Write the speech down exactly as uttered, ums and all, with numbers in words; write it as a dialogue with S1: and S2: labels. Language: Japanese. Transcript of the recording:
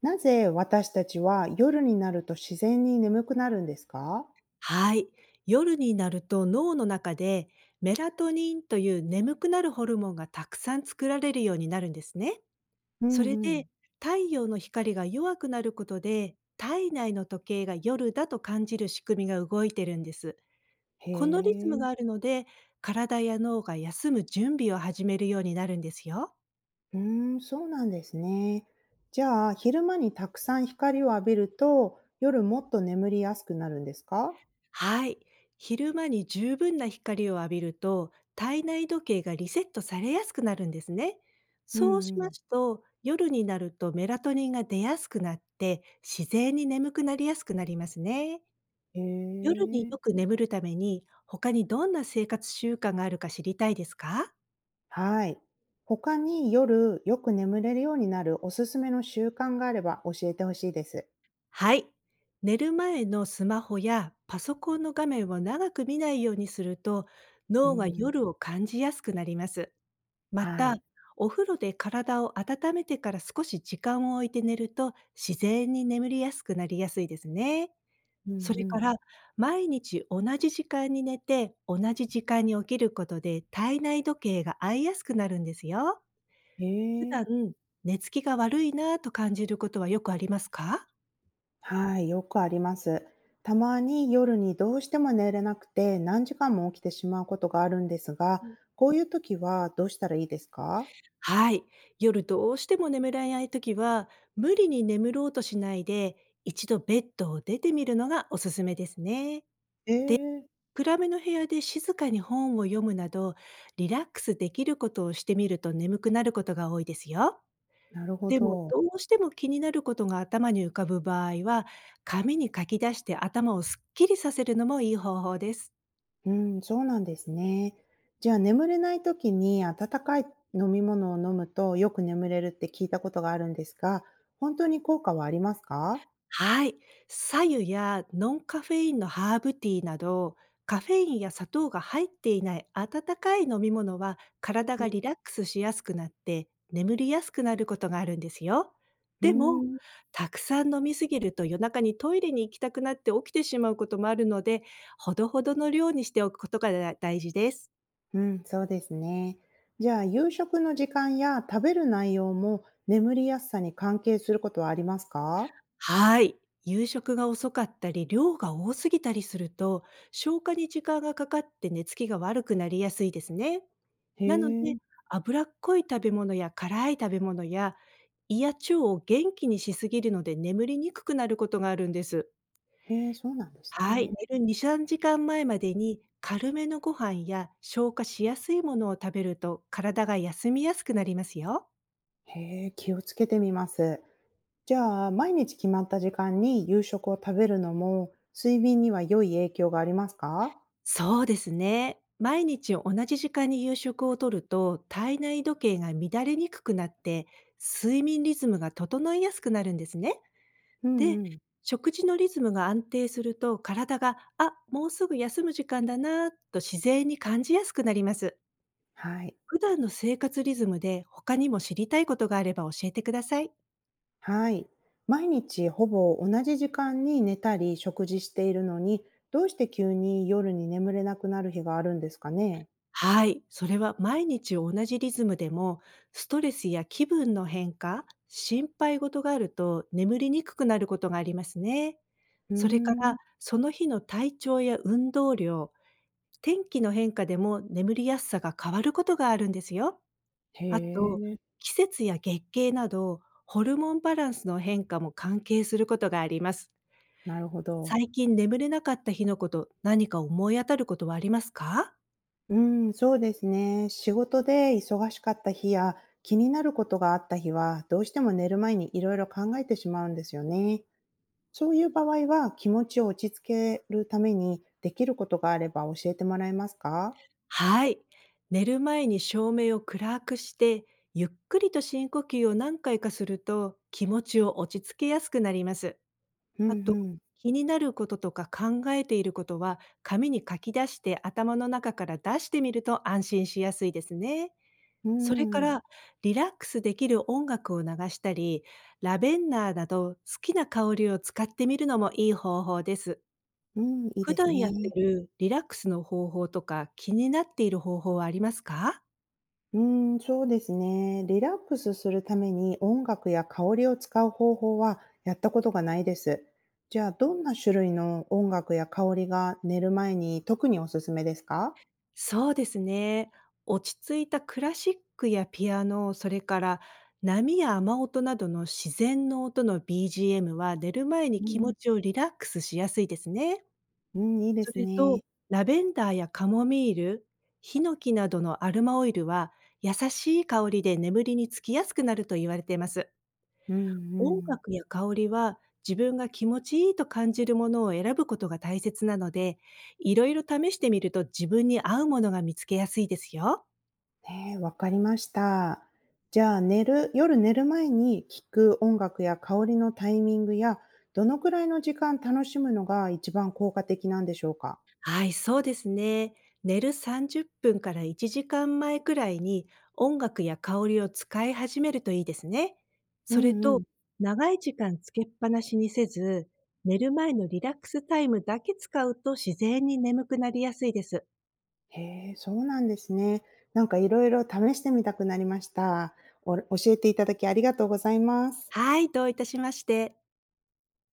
S1: なぜ私たちは夜になると自然に眠くなるんですか？
S2: はい。夜になると脳の中でメラトニンという眠くなるホルモンがたくさん作られるようになるんですね。
S1: う
S2: そ
S1: ん
S2: れ
S1: うん。
S2: で太陽の光が弱くなることで体内の時計が夜だと感じる仕組みが動いてるんです。
S1: へ
S2: このリズム
S1: え。
S2: があるので体や脳が休む準備を始めるようになるんですよ。
S1: うーん、そうなんですね。じゃあ、昼間にたくさん光を浴びると、夜もっと眠りやすくなるんですか？
S2: はい。昼間に十分な光を浴びると、体内時計がリセットされやすくなるんですね。
S1: う
S2: そうし
S1: んう
S2: ま
S1: ん。
S2: すと、夜になるとメラトニンが出やすくなって、自然に眠くなりやすくなりますね。
S1: へ
S2: 夜に
S1: え。
S2: よく眠るために、他にどんな生活習慣があるか知りたいですか？
S1: はい。他に夜よく眠れるようになるおすすめの習慣があれば教えてほしいです。
S2: はい。寝る前のスマホやパソコンの画面を長く見ないようにすると、
S1: う
S2: 脳が
S1: ん。
S2: 夜を感じやすくなります。ま
S1: は
S2: た、
S1: い。
S2: お風呂で体を温めてから少し時間を置いて寝ると、自然に眠りやすくなりやすいですね。
S1: うんう
S2: それか
S1: ん。
S2: ら、毎日同じ時間に寝て、同じ時間に起きることで、体内時計が合いやすくなるんですよ。
S1: へ
S2: 普段、
S1: え。
S2: 寝つきが悪いなぁと感じることはよくありますか？
S1: はい、よくあります。たまに夜にどうしても寝れなくて何時間も起きてしまうことがあるんですが、こういう時はどうしたらいいですか？
S2: はい。夜どうしても眠れないときは、無理に眠ろうとしないで、一度ベッドを出てみるのがおすすめですね。
S1: ええ、
S2: 暗めの部屋で静かに本を読むなど、リラックスできることをしてみると眠くなることが多いですよ。
S1: なるほ
S2: でも、
S1: ど。
S2: どうしても気になることが頭に浮かぶ場合は、紙に書き出して頭をすっきりさせるのもいい方法です。
S1: うん、そうなんですね。じゃあ眠れない時に温かい飲み物を飲むとよく眠れるって聞いたことがあるんですが、本当に効果はありますか？
S2: はい。白湯やノンカフェインのハーブティーなど、カフェインや砂糖が入っていない温かい飲み物は、体がリラックスしやすくなって、眠りやすくなることがあるんですよ。
S1: うー
S2: でも、
S1: ん、
S2: たくさん飲みすぎると夜中にトイレに行きたくなって起きてしまうこともあるので、ほどほどの量にしておくことがだ大事です。
S1: うん、そうですね。じゃあ、夕食の時間や食べる内容も眠りやすさに関係することはありますか？
S2: はい。夕食が遅かったり、量が多すぎたりすると、消化に時間がかかって寝つきが悪くなりやすいですね。
S1: へ
S2: なの
S1: え。
S2: で、脂っこい食べ物や辛い食べ物や胃や腸を元気にしすぎるので眠りにくくなることがあるんです。
S1: へえ、そうなんです
S2: はい、
S1: ね。
S2: 寝るに、3時間前まえまでに軽めのご飯や消化しやすいものを食べると体が休みやすくなりますよ。
S1: へえ、気をつけてみます。じゃあ、毎日決まった時間に夕食を食べるのも、睡眠には良い影響がありますか？
S2: そうですね。毎日同じ時間に夕食をとると体内時計が乱れにくくなって睡眠リズムが整いやすくなるんですね。
S1: う
S2: で、
S1: んうん。
S2: 食事のリズムが安定すると、体が「あ、もうすぐ休む時間だな」と自然に感じやすくなります。
S1: はい。
S2: 普段の生活リズムで他にも知りたいことがあれば教えてください。
S1: はい。毎日ほぼ同じ時間に寝たり食事しているのに、どうして急に夜に眠れなくなる日があるんですかね？
S2: はい、それは毎日同じリズムでも、ストレスや気分の変化、心配事があると眠りにくくなることがありますね。
S1: うー
S2: それか
S1: ん。
S2: ら、その日の体調や運動量、天気の変化でも眠りやすさが変わることがあるんですよ。
S1: へ
S2: あと、
S1: え、
S2: 季節や月経など、ホルモンバランスの変化も関係することがあります。
S1: なるほど。
S2: 最近眠れなかった日のこと、何か思い当たることはありますか？
S1: うん、そうですね。仕事で忙しかった日や、気になることがあった日は、どうしても寝る前にいろいろ考えてしまうんですよね。そういう場合は、気持ちを落ち着けるためにできることがあれば教えてもらえますか？
S2: はい。寝る前に照明を暗くして、ゆっくりと深呼吸を何回かすると気持ちを落ち着けやすくなります。
S1: うん
S2: あと、
S1: うん。
S2: 気になることとか考えていることは紙に書き出して頭の中から出してみると安心しやすいですね。
S1: う
S2: それか
S1: ん。
S2: ら、リラックスできる音楽を流したり、ラベンダーなど好きな香りを使ってみるのもいい方法です。
S1: うん、いい
S2: 普
S1: です
S2: 段やって
S1: ね。
S2: るリラックスの方法とか気になっている方法はありますか？
S1: うーん、そうですね。リラックスするために音楽や香りを使う方法はやったことがないです。じゃあ、どんな種類の音楽や香りが寝る前に特におすすめですか？
S2: そうですね。落ち着いたクラシックやピアノ、それから波や雨音などの自然の音の ビージーエム は寝る前に
S1: う
S2: 気持
S1: ん、
S2: ちをリラックスしやすいですね。
S1: うん、いいで
S2: そ
S1: す
S2: れと、
S1: ね。
S2: ラベンダーやカモミール、ヒノキなどのアルマオイルは、優しい香りで眠りにつきやすくなると言われています。
S1: うんう
S2: 音
S1: ん。
S2: 楽や香りは、自分が気持ちいいと感じるものを選ぶことが大切なので、いろいろ試してみると自分に合うものが見つけやすいですよ。
S1: ねえ、わかりました。じゃあ、寝る、夜寝る前に聞く音楽や香りのタイミングや、どのくらいの時間楽しむのが一番効果的なんでしょうか？
S2: はい、そうですね。寝るさんじゅっぷんからいちじかんまえくらいに音楽や香りを使い始めるといいですね。
S1: う
S2: それ
S1: んう
S2: と、
S1: ん。
S2: 長い時間つけっぱなしにせず、寝る前のリラックスタイムだけ使うと自然に眠くなりやすいです。
S1: へえ、そうなんですね。なんかいろいろ試してみたくなりました。お教えていただきありがとうございます。
S2: はい、どういたしまして。